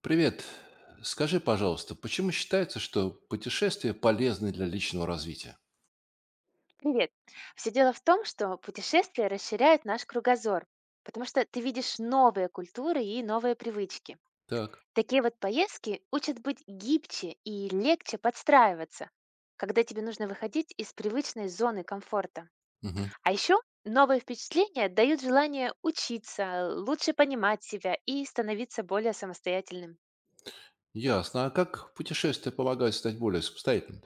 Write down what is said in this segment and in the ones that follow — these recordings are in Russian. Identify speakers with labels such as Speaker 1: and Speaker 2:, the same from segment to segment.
Speaker 1: Привет. Скажи, пожалуйста, почему считается, что путешествия полезны для личного развития?
Speaker 2: Привет. Все дело в том, что путешествия расширяют наш кругозор, потому что ты видишь новые культуры и новые привычки.
Speaker 1: Так.
Speaker 2: Такие вот поездки учат быть гибче и легче подстраиваться, когда тебе нужно выходить из привычной зоны комфорта.
Speaker 1: Мгм.
Speaker 2: А еще новые впечатления дают желание учиться, лучше понимать себя и становиться более самостоятельным.
Speaker 1: Ясно. А как путешествия помогают стать более самостоятельным?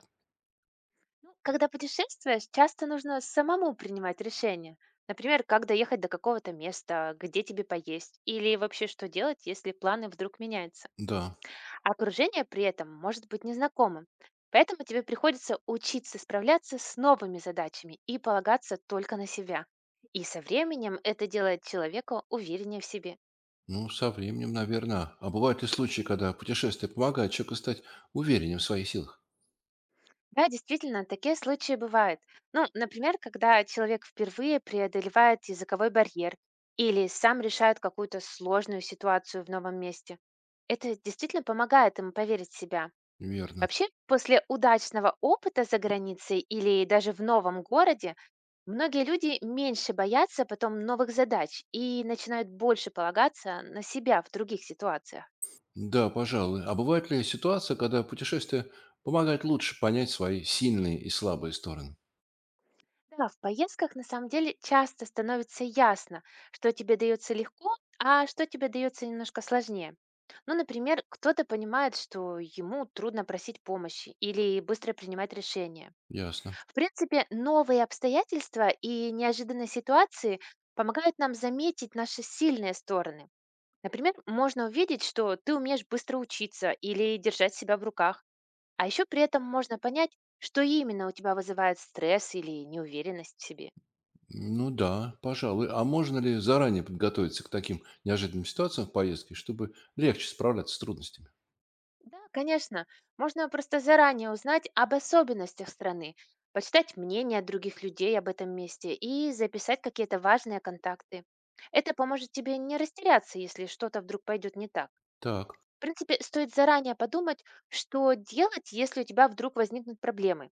Speaker 2: Ну, когда путешествуешь, часто нужно самому принимать решения. Например, как доехать до какого-то места, где тебе поесть, или вообще что делать, если планы вдруг меняются.
Speaker 1: Да.
Speaker 2: А окружение при этом может быть незнакомым. Поэтому тебе приходится учиться справляться с новыми задачами и полагаться только на себя. И со временем это делает человека увереннее в себе.
Speaker 1: Ну, со временем, наверное. А бывают ли случаи, когда путешествия помогают человеку стать увереннее в своих силах?
Speaker 2: Да, действительно, такие случаи бывают. Ну, например, когда человек впервые преодолевает языковой барьер или сам решает какую-то сложную ситуацию в новом месте. Это действительно помогает ему поверить в себя.
Speaker 1: Верно.
Speaker 2: Вообще, после удачного опыта за границей или даже в новом городе, многие люди меньше боятся потом новых задач и начинают больше полагаться на себя в других ситуациях.
Speaker 1: Да, пожалуй. А бывает ли ситуация, когда путешествия помогают лучше понять свои сильные и слабые стороны?
Speaker 2: Да, в поездках на самом деле часто становится ясно, что тебе дается легко, а что тебе дается немножко сложнее. Ну, например, кто-то понимает, что ему трудно просить помощи или быстро принимать решения.
Speaker 1: Ясно.
Speaker 2: В принципе, новые обстоятельства и неожиданные ситуации помогают нам заметить наши сильные стороны. Например, можно увидеть, что ты умеешь быстро учиться или держать себя в руках, а еще при этом можно понять, что именно у тебя вызывает стресс или неуверенность в себе.
Speaker 1: Ну да, пожалуй. А можно ли заранее подготовиться к таким неожиданным ситуациям в поездке, чтобы легче справляться с трудностями?
Speaker 2: Да, конечно. Можно просто заранее узнать об особенностях страны, почитать мнения других людей об этом месте и записать какие-то важные контакты. Это поможет тебе не растеряться, если что-то вдруг пойдет не так.
Speaker 1: Так,
Speaker 2: В принципе, стоит заранее подумать, что делать, если у тебя вдруг возникнут проблемы.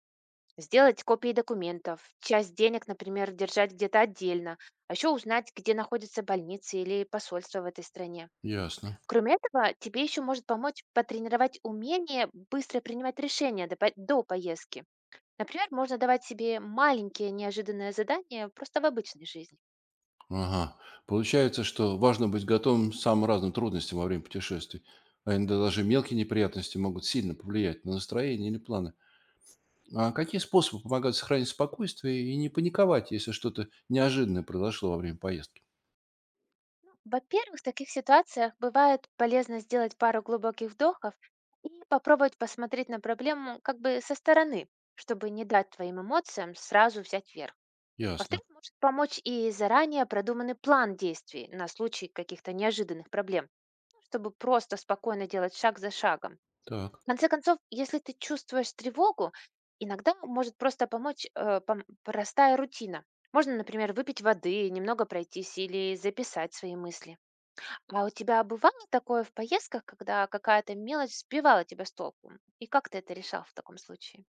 Speaker 2: Сделать копии документов, часть денег, например, держать где-то отдельно, а еще узнать, где находятся больницы или посольства в этой стране.
Speaker 1: ясно.
Speaker 2: Кроме этого, тебе еще может помочь потренировать умение быстро принимать решения до поездки. Например, можно давать себе маленькие неожиданные задания просто в обычной жизни.
Speaker 1: Ага. Получается, что важно быть готовым к самым разным трудностям во время путешествий. А иногда даже мелкие неприятности могут сильно повлиять на настроение или планы. А какие способы помогают сохранить спокойствие и не паниковать, если что-то неожиданное произошло во время поездки?
Speaker 2: Во-первых, в таких ситуациях бывает полезно сделать пару глубоких вдохов и попробовать посмотреть на проблему как бы со стороны, чтобы не дать твоим эмоциям сразу взять верх.
Speaker 1: Ясно.
Speaker 2: Во-вторых, может помочь и заранее продуманный план действий на случай каких-то неожиданных проблем, ну, чтобы просто спокойно делать шаг за шагом.
Speaker 1: Так.
Speaker 2: В конце концов, если ты чувствуешь тревогу, иногда может просто помочь простая рутина. Можно, например, выпить воды, немного пройтись или записать свои мысли. А у тебя бывало такое в поездках, когда какая-то мелочь сбивала тебя с толку? И как ты это решал в таком случае?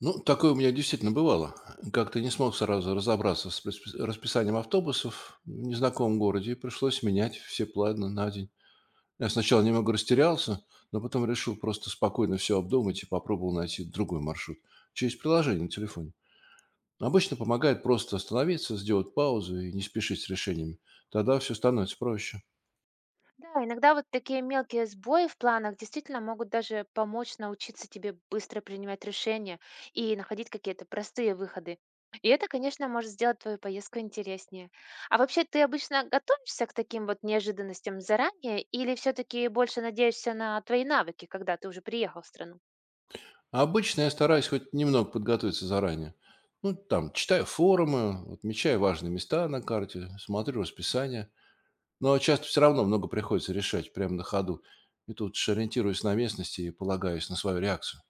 Speaker 1: Ну, такое у меня действительно бывало. Как-то не смог сразу разобраться с расписанием автобусов в незнакомом городе, и пришлось менять все планы на день. Я сначала немного растерялся, но потом решил просто спокойно все обдумать и попробовал найти другой маршрут через приложение на телефоне. Обычно помогает просто остановиться, сделать паузу и не спешить с решениями. Тогда все становится проще.
Speaker 2: Да, иногда вот такие мелкие сбои в планах действительно могут даже помочь научиться тебе быстро принимать решения и находить какие-то простые выходы. И это, конечно, может сделать твою поездку интереснее. А вообще, ты обычно готовишься к таким вот неожиданностям заранее или все-таки больше надеешься на твои навыки, когда ты уже приехал в страну?
Speaker 1: А обычно я стараюсь хоть немного подготовиться заранее. Ну, там, читаю форумы, отмечаю важные места на карте, смотрю расписание. Но часто все равно много приходится решать прямо на ходу. И тут же ориентируюсь на местности и полагаюсь на свою реакцию.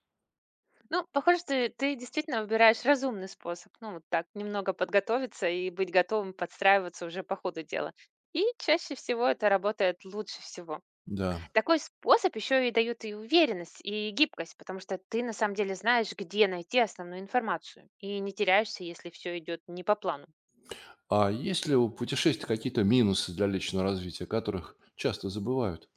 Speaker 2: Ну, похоже, что ты действительно выбираешь разумный способ. Ну, вот так, немного подготовиться и быть готовым подстраиваться уже по ходу дела. И чаще всего это работает лучше всего.
Speaker 1: Да.
Speaker 2: Такой способ еще и дает и уверенность, и гибкость, потому что ты на самом деле знаешь, где найти основную информацию, и не теряешься, если все идет не по плану.
Speaker 1: А есть ли у путешествий какие-то минусы для личного развития, о которых часто забывают?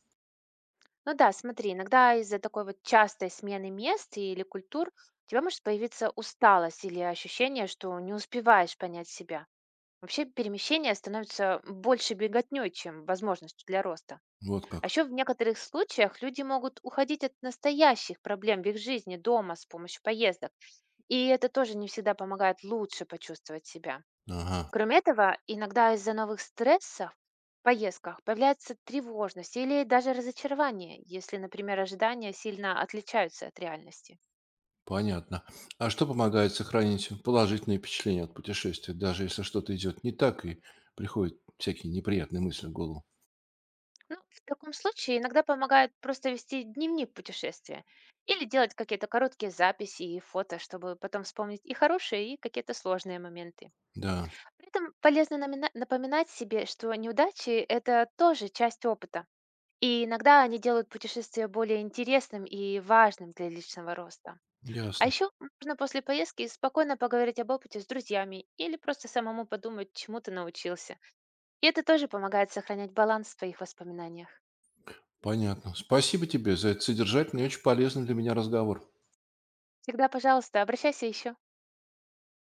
Speaker 2: Ну да, смотри, иногда из-за такой вот частой смены мест или культур у тебя может появиться усталость или ощущение, что не успеваешь понять себя. Вообще перемещение становится больше беготней, чем возможностью для роста.
Speaker 1: Вот
Speaker 2: А
Speaker 1: как.
Speaker 2: еще в некоторых случаях люди могут уходить от настоящих проблем в их жизни дома с помощью поездок. И это тоже не всегда помогает лучше почувствовать себя.
Speaker 1: Ага,
Speaker 2: Кроме этого, иногда из-за новых стрессов в поездках появляется тревожность или даже разочарование, если, например, ожидания сильно отличаются от реальности.
Speaker 1: понятно. А что помогает сохранить положительные впечатления от путешествия, даже если что-то идет не так и приходят всякие неприятные мысли в голову?
Speaker 2: Ну, в таком случае иногда помогает просто вести дневник путешествия или делать какие-то короткие записи и фото, чтобы потом вспомнить и хорошие, и какие-то сложные моменты.
Speaker 1: Да,
Speaker 2: При этом полезно напоминать себе, что неудачи – это тоже часть опыта. И иногда они делают путешествие более интересным и важным для личного роста. А
Speaker 1: ясно.
Speaker 2: еще можно после поездки спокойно поговорить об опыте с друзьями или просто самому подумать, чему ты научился. И это тоже помогает сохранять баланс в твоих воспоминаниях.
Speaker 1: Понятно. Спасибо тебе за этот содержательный и очень полезный для меня разговор.
Speaker 2: Всегда, пожалуйста, обращайся еще.